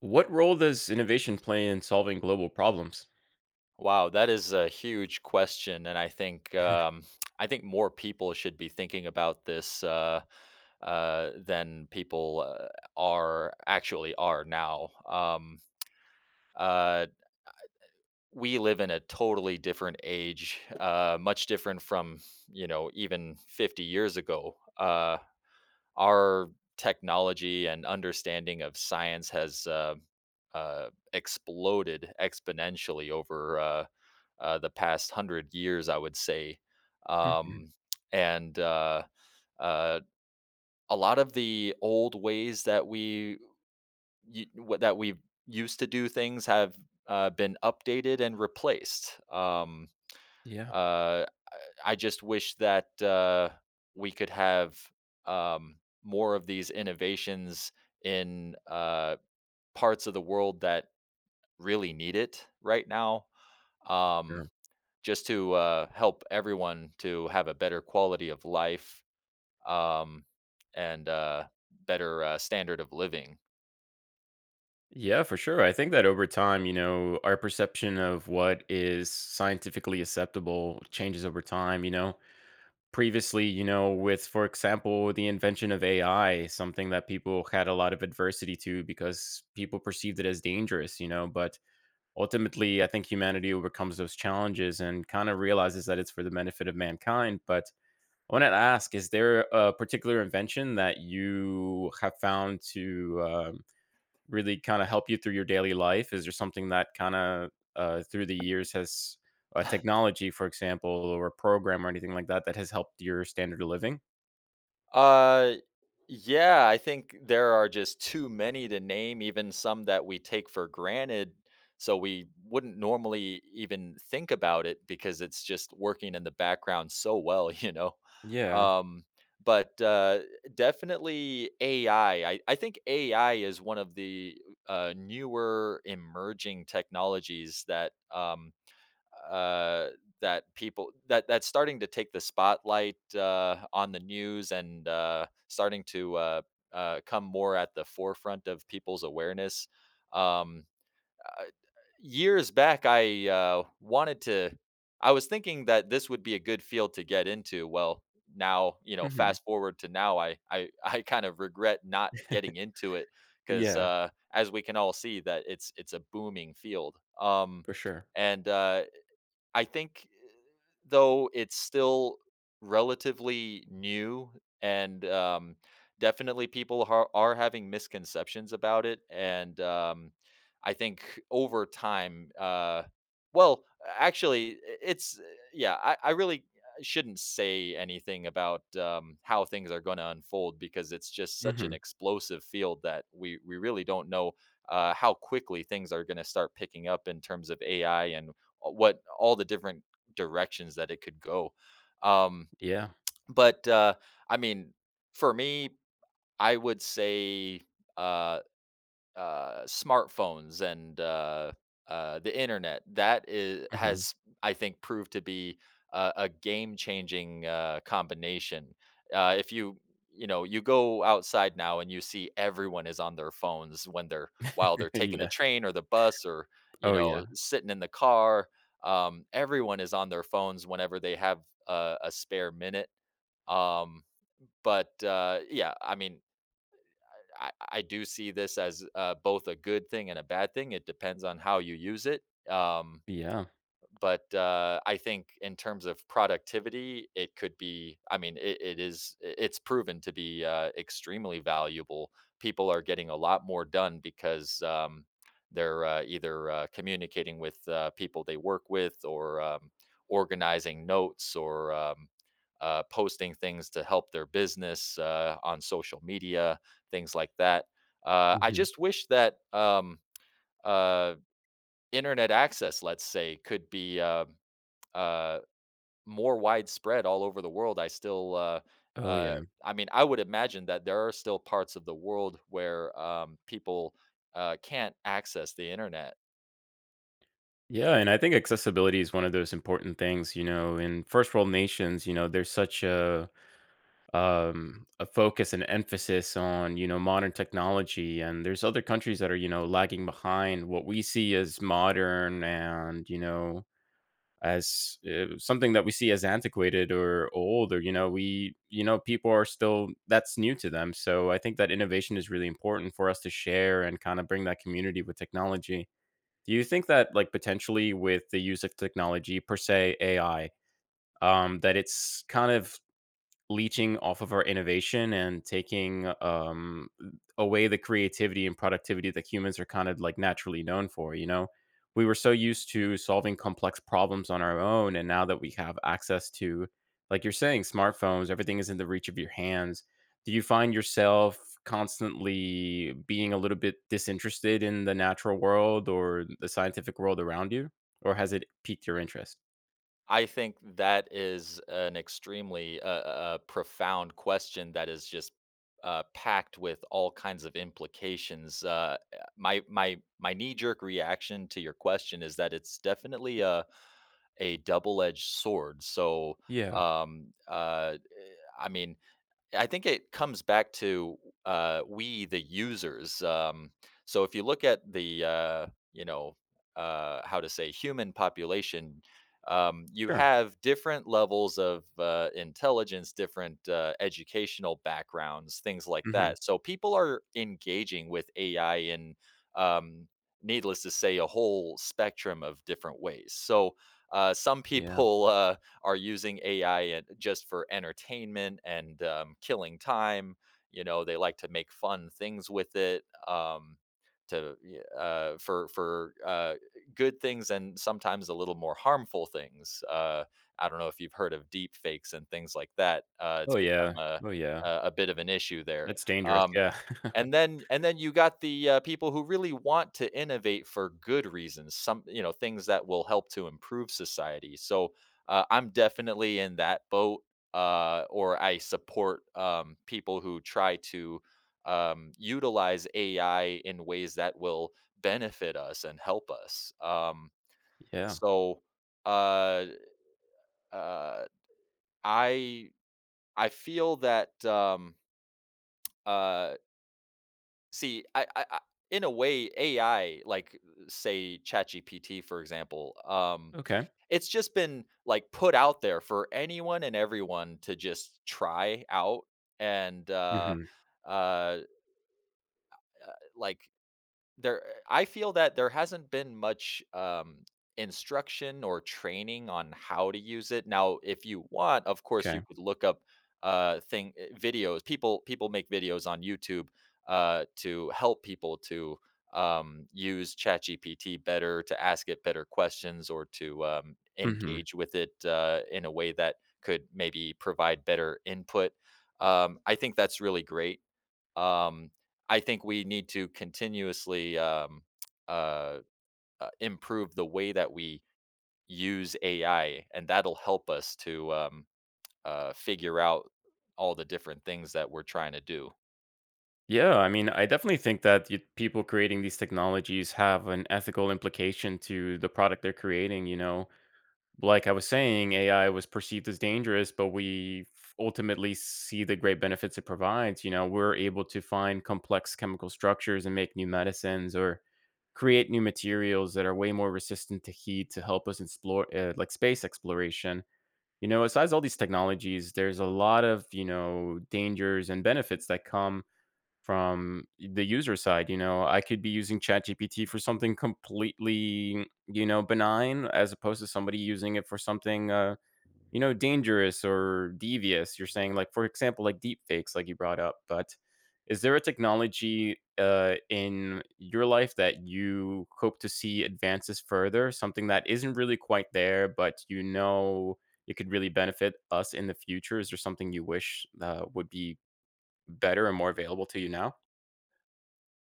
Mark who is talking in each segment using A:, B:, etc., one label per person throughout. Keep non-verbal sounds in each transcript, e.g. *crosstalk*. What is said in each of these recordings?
A: What role does innovation play in solving global problems?
B: Wow, that is a huge question, and I think more people should be thinking about this than people are actually are now. Uh, we live in a totally different age, much different from even 50 years ago. Our technology and understanding of science has exploded exponentially over the past 100 years, I would say.
A: Mhm.
B: Um, and uh, a lot of the old ways that we used to do things have been updated and replaced.
A: Yeah.
B: Uh, I just wish that we could have um, more of these innovations in parts of the world that really need it right now um,
A: Sure.
B: just to help everyone to have a better quality of life um, and better standard of living.
A: Yeah, for sure. I think that over time, our perception of what is scientifically acceptable changes over time. Previously, with, for example, the invention of AI, something that people had a lot of adversity to because people perceived it as dangerous, but ultimately, I think humanity overcomes those challenges and kind of realizes that it's for the benefit of mankind. But I want to ask, is there a particular invention that you have found to really kind of help you through your daily life? Is there something that kind of through the years has technology, for example, or a program or anything like that that has helped your standard of living?
B: Uh, yeah, I think there are just too many to name, even some that we take for granted. So we wouldn't normally even think about it because it's just working in the background so well, *laughs* you know?
A: Yeah.
B: Um, but definitely AI. I think AI is one of the newer emerging technologies that uh, that people that that's starting to take the spotlight on the news and starting to come more at the forefront of people's awareness. Um, uh, Years back, I wanted to. I was thinking that this would be a good field to get into. Well, now you know.
A: Hmm.
B: Fast forward to now, I *laughs* I kind of regret not getting
A: *laughs*
B: into it because,
A: Yeah,
B: as we can all see, that it's a booming field.
A: for sure.
B: And I think, though it's still relatively new and definitely are having misconceptions about it. And I think over time, well actually I- it's yeah, I really shouldn't say anything about how things are going to unfold, because it's just such an
A: Hmm.
B: explosive field that we really don't know how quickly things are going to start picking up in terms of AI and what all the different directions that it could go. Um,
A: Yeah.
B: but I mean, for me, I would say uh, smartphones and the internet. That is
A: Hmm.
B: has I think, proved to be a game changing combination. If you go outside now and you see everyone is on their phones when they're while they're
A: *laughs*
B: taking the
A: Yeah.
B: train or the bus, or
A: Oh, yeah.
B: sitting in the car. Everyone is on their phones whenever they have a spare minute. Um, but yeah, I mean, I do see this as both a good thing and a bad thing. It depends on how you use it. Um,
A: Yeah.
B: but I think in terms of productivity, it could be. I mean, it is. It's proven to be extremely valuable. People are getting a lot more done because they're either communicating with people they work with, or organizing notes, or posting things to help their business on social media, things like that. I
A: Hmm.
B: just wish that uh, internet access, let's say, could be uh, more widespread all over the world. I still,
A: Oh,
B: uh,
A: yeah.
B: I mean, I would imagine that there are still parts of the world where people can't access the internet.
A: Yeah. And I think accessibility is one of those important things, in first world nations, there's such a focus and emphasis on modern technology, and there's other countries that are lagging behind what we see as modern, and as something that we see as antiquated or old, or we people are still that's new to them. So I think that innovation is really important for us to share and kind of bring that community with technology. Do you think that, like, potentially with the use of technology, per se AI, that it's kind of leeching off of our innovation and taking away the creativity and productivity that humans are kind of like naturally known for? We were so used to solving complex problems on our own, and now that we have access to, like you're saying, smartphones, everything is in the reach of your hands. Do you find yourself constantly being a little bit disinterested in the natural world or the scientific world around you, or has it piqued your interest?
B: I think that is an extremely profound question that is just packed with all kinds of implications. My knee jerk reaction to your question is that it's definitely a double edged sword. So
A: Yeah,
B: um, uh, I mean, I think it comes back to, we, the users. So if you look at the, you know, how to say, human population, you
A: sure.
B: have different levels of intelligence, different, educational backgrounds, things like
A: Hmm.
B: that, so people are engaging with AI in, um, needless to say, a whole spectrum of different ways. So, some *laughs*
A: Yeah.
B: people are using AI and just for entertainment and killing time. You know, they like to make fun things with it, for good things and sometimes a little more harmful things. I don't know if you've heard of deep fakes and things like that.
A: Oh
B: It's become
A: yeah.
B: a
A: Oh yeah.
B: a a bit of an issue there.
A: That's dangerous,
B: Um,
A: yeah. *laughs*
B: and then you got the people who really want to innovate for good reasons, some things that will help to improve society. So I'm definitely in that boat, or I support people who try to utilize AI in ways that will benefit us and help us. um,
A: Yeah,
B: so uh, uh, i i feel that, uh, see, I in a way, AI, like say ChatGPT, for example,
A: okay.
B: it's just been like put out there for anyone and everyone to just try out, and
A: Mhm,
B: uh, uh, like I feel that there hasn't been much, instruction or training on how to use it. Now, if you want, of course, you
A: okay.
B: could look up, videos. People make videos on YouTube, to help people to, use ChatGPT better, to ask it better questions, or to,
A: Mhm.
B: engage with it, in a way that could maybe provide better input. I think that's really great. Um, I think we need to continuously uh, improve the way that we use AI, and that'll help us to figure out all the different things that we're trying to do.
A: Yeah, I mean, I definitely think that you people creating these technologies have an ethical implication to the product they're creating, you know? Like I was saying, AI was perceived as dangerous, but we f ultimately see the great benefits it provides, you know? We're able to find complex chemical structures and make new medicines, or create new materials that are way more resistant to heat, to help us explore, like, space exploration. Besides all these technologies, there's a lot of, dangers and benefits that come from the user side. I could be using ChatGPT for something completely, benign, as opposed to somebody using it for something dangerous or devious. You're saying, like, for example, like deep fakes, like you brought up, but is there a technology in your life that you hope to see advances further? Something that isn't really quite there, but it could really benefit us in the future? Is there something you wish would be better and more available to you now?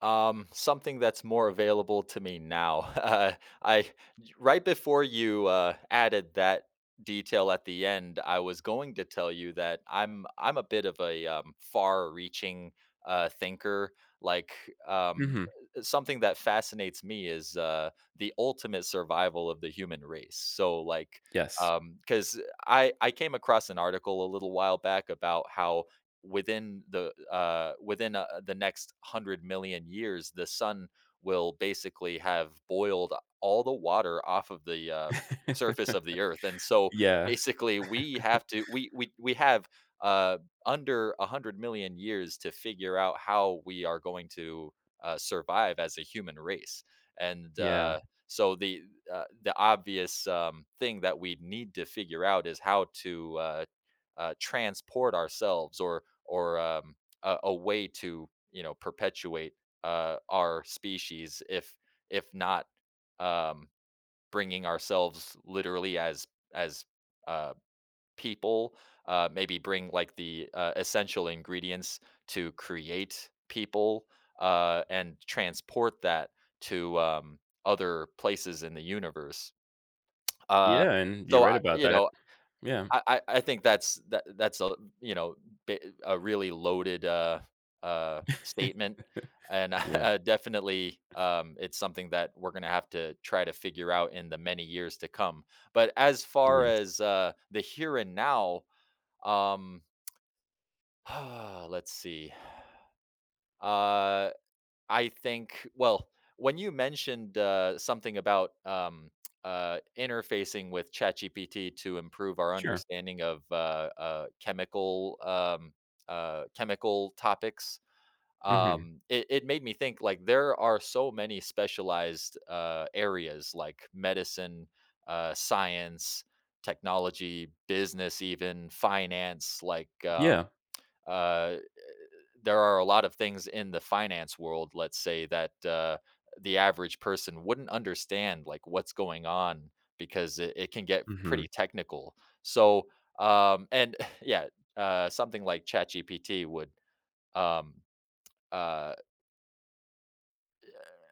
B: Something that's more available to me now. *laughs* I Right before you added that detail at the end, I was going to tell you that I'm a bit of a far-reaching thinker. Like, um,
A: Hmm.
B: something that fascinates me is the ultimate survival of the human race. So, like,
A: Yes.
B: because I came across an article a little while back about how within the next 100 million years, the sun will basically have boiled all the water off of the
A: *laughs*
B: surface of the earth. And so,
A: Yeah.
B: basically, we have uh, under a 100 million years to figure out how we are going to survive as a human race, and
A: Yeah.
B: so the obvious thing that we need to figure out is how to transport ourselves, or a way to perpetuate our species, if not um, bringing ourselves literally as uh, people, maybe bring like the essential ingredients to create people, and transport that to other places in the universe. uh,
A: Yeah. And you
B: so
A: read
B: I,
A: about that. Yeah.
B: I think that's that's a, you know, a really loaded, statement, and, *laughs*
A: Yeah.
B: definitely, it's something that we're gonna have to try to figure out in the many years to come. But as far
A: Yes.
B: as, the here and now, um, *sighs* let's see, uh I think, well, when you mentioned, something about, interfacing with ChatGPT to improve our
A: Sure.
B: understanding of, chemical, chemical topics,
A: Hmm.
B: it made me think, like, there are so many specialized, areas like medicine, science, technology, business even, finance, like,
A: Yeah.
B: uh there are a lot of things in the finance world, let's say, that the average person wouldn't understand, like what's going on, because it can get
A: Hmm.
B: pretty technical. So, and *laughs* yeah, something like ChatGPT would um, uh,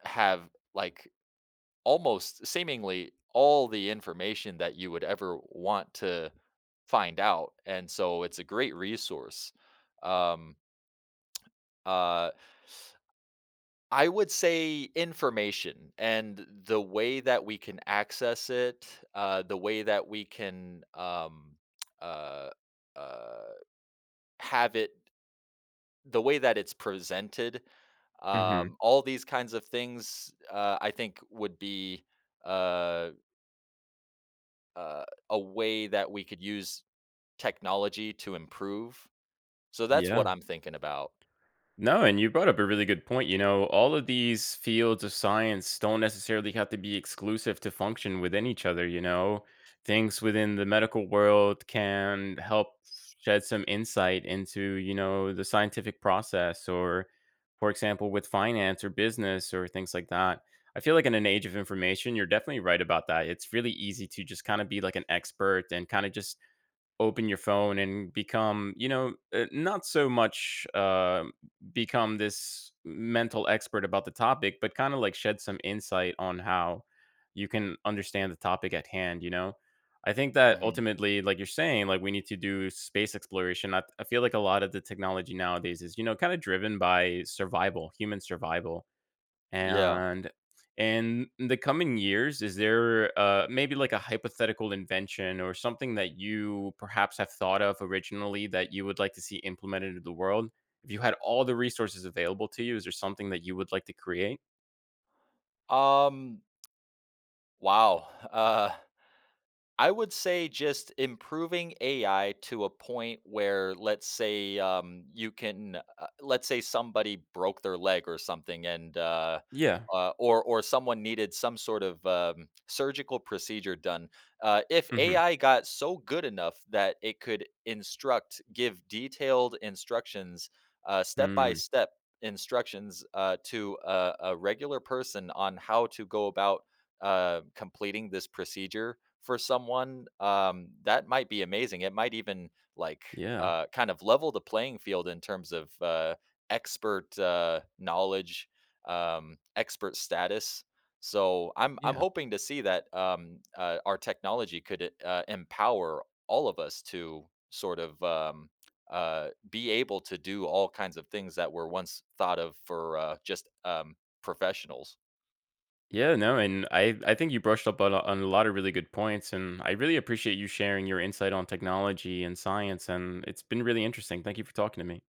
B: have like almost seemingly all the information that you would ever want to find out. And so it's a great resource. Um, uh, I would say information and the way that we can access it, the way that we can uh, uh, have it, the way that it's presented,
A: Hmm.
B: all these kinds of things, I think would be uh, uh, a way that we could use technology to improve. So that's
A: Yeah.
B: what I'm thinking about.
A: No, and you brought up a really good point. All of these fields of science don't necessarily have to be exclusive to function within each other. Things within the medical world can help shed some insight into, the scientific process, or, for example, with finance or business or things like that. I feel like, in an age of information, you're definitely right about that. It's really easy to just kind of be like an expert and kind of just open your phone and become, not so much become this mental expert about the topic, but kind of like shed some insight on how you can understand the topic at hand, you know? I think that
B: Mhm.
A: ultimately, like you're saying, like we need to do space exploration. I feel like a lot of the technology nowadays is, kind of driven by survival, human survival.
B: Yeah.
A: And in the coming years, is there maybe like a hypothetical invention or something that you perhaps have thought of originally that you would like to see implemented into the world? If you had all the resources available to you, is there something that you would like to create?
B: Um. Wow. I would say just improving AI to a point where, let's say, you can, let's say somebody broke their leg or something, and
A: Yeah.
B: or someone needed some sort of surgical procedure done. If
A: Hmm.
B: AI got so good enough that it could instruct, give detailed instructions, step by
A: Mm,
B: step instructions to a regular person on how to go about completing this procedure for someone, that might be amazing. It might even, like,
A: yeah.
B: kind of level the playing field in terms of expert knowledge, expert status. So I'm
A: Yeah.
B: hoping to see that our technology could empower all of us to sort of be able to do all kinds of things that were once thought of for just professionals.
A: Yeah. No, and I think you brushed up on a lot of really good points. And I really appreciate you sharing your insight on technology and science. And it's been really interesting. Thank you for talking to me.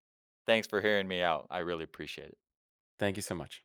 B: Thanks for hearing me out. I really appreciate it.
A: Thank you so much.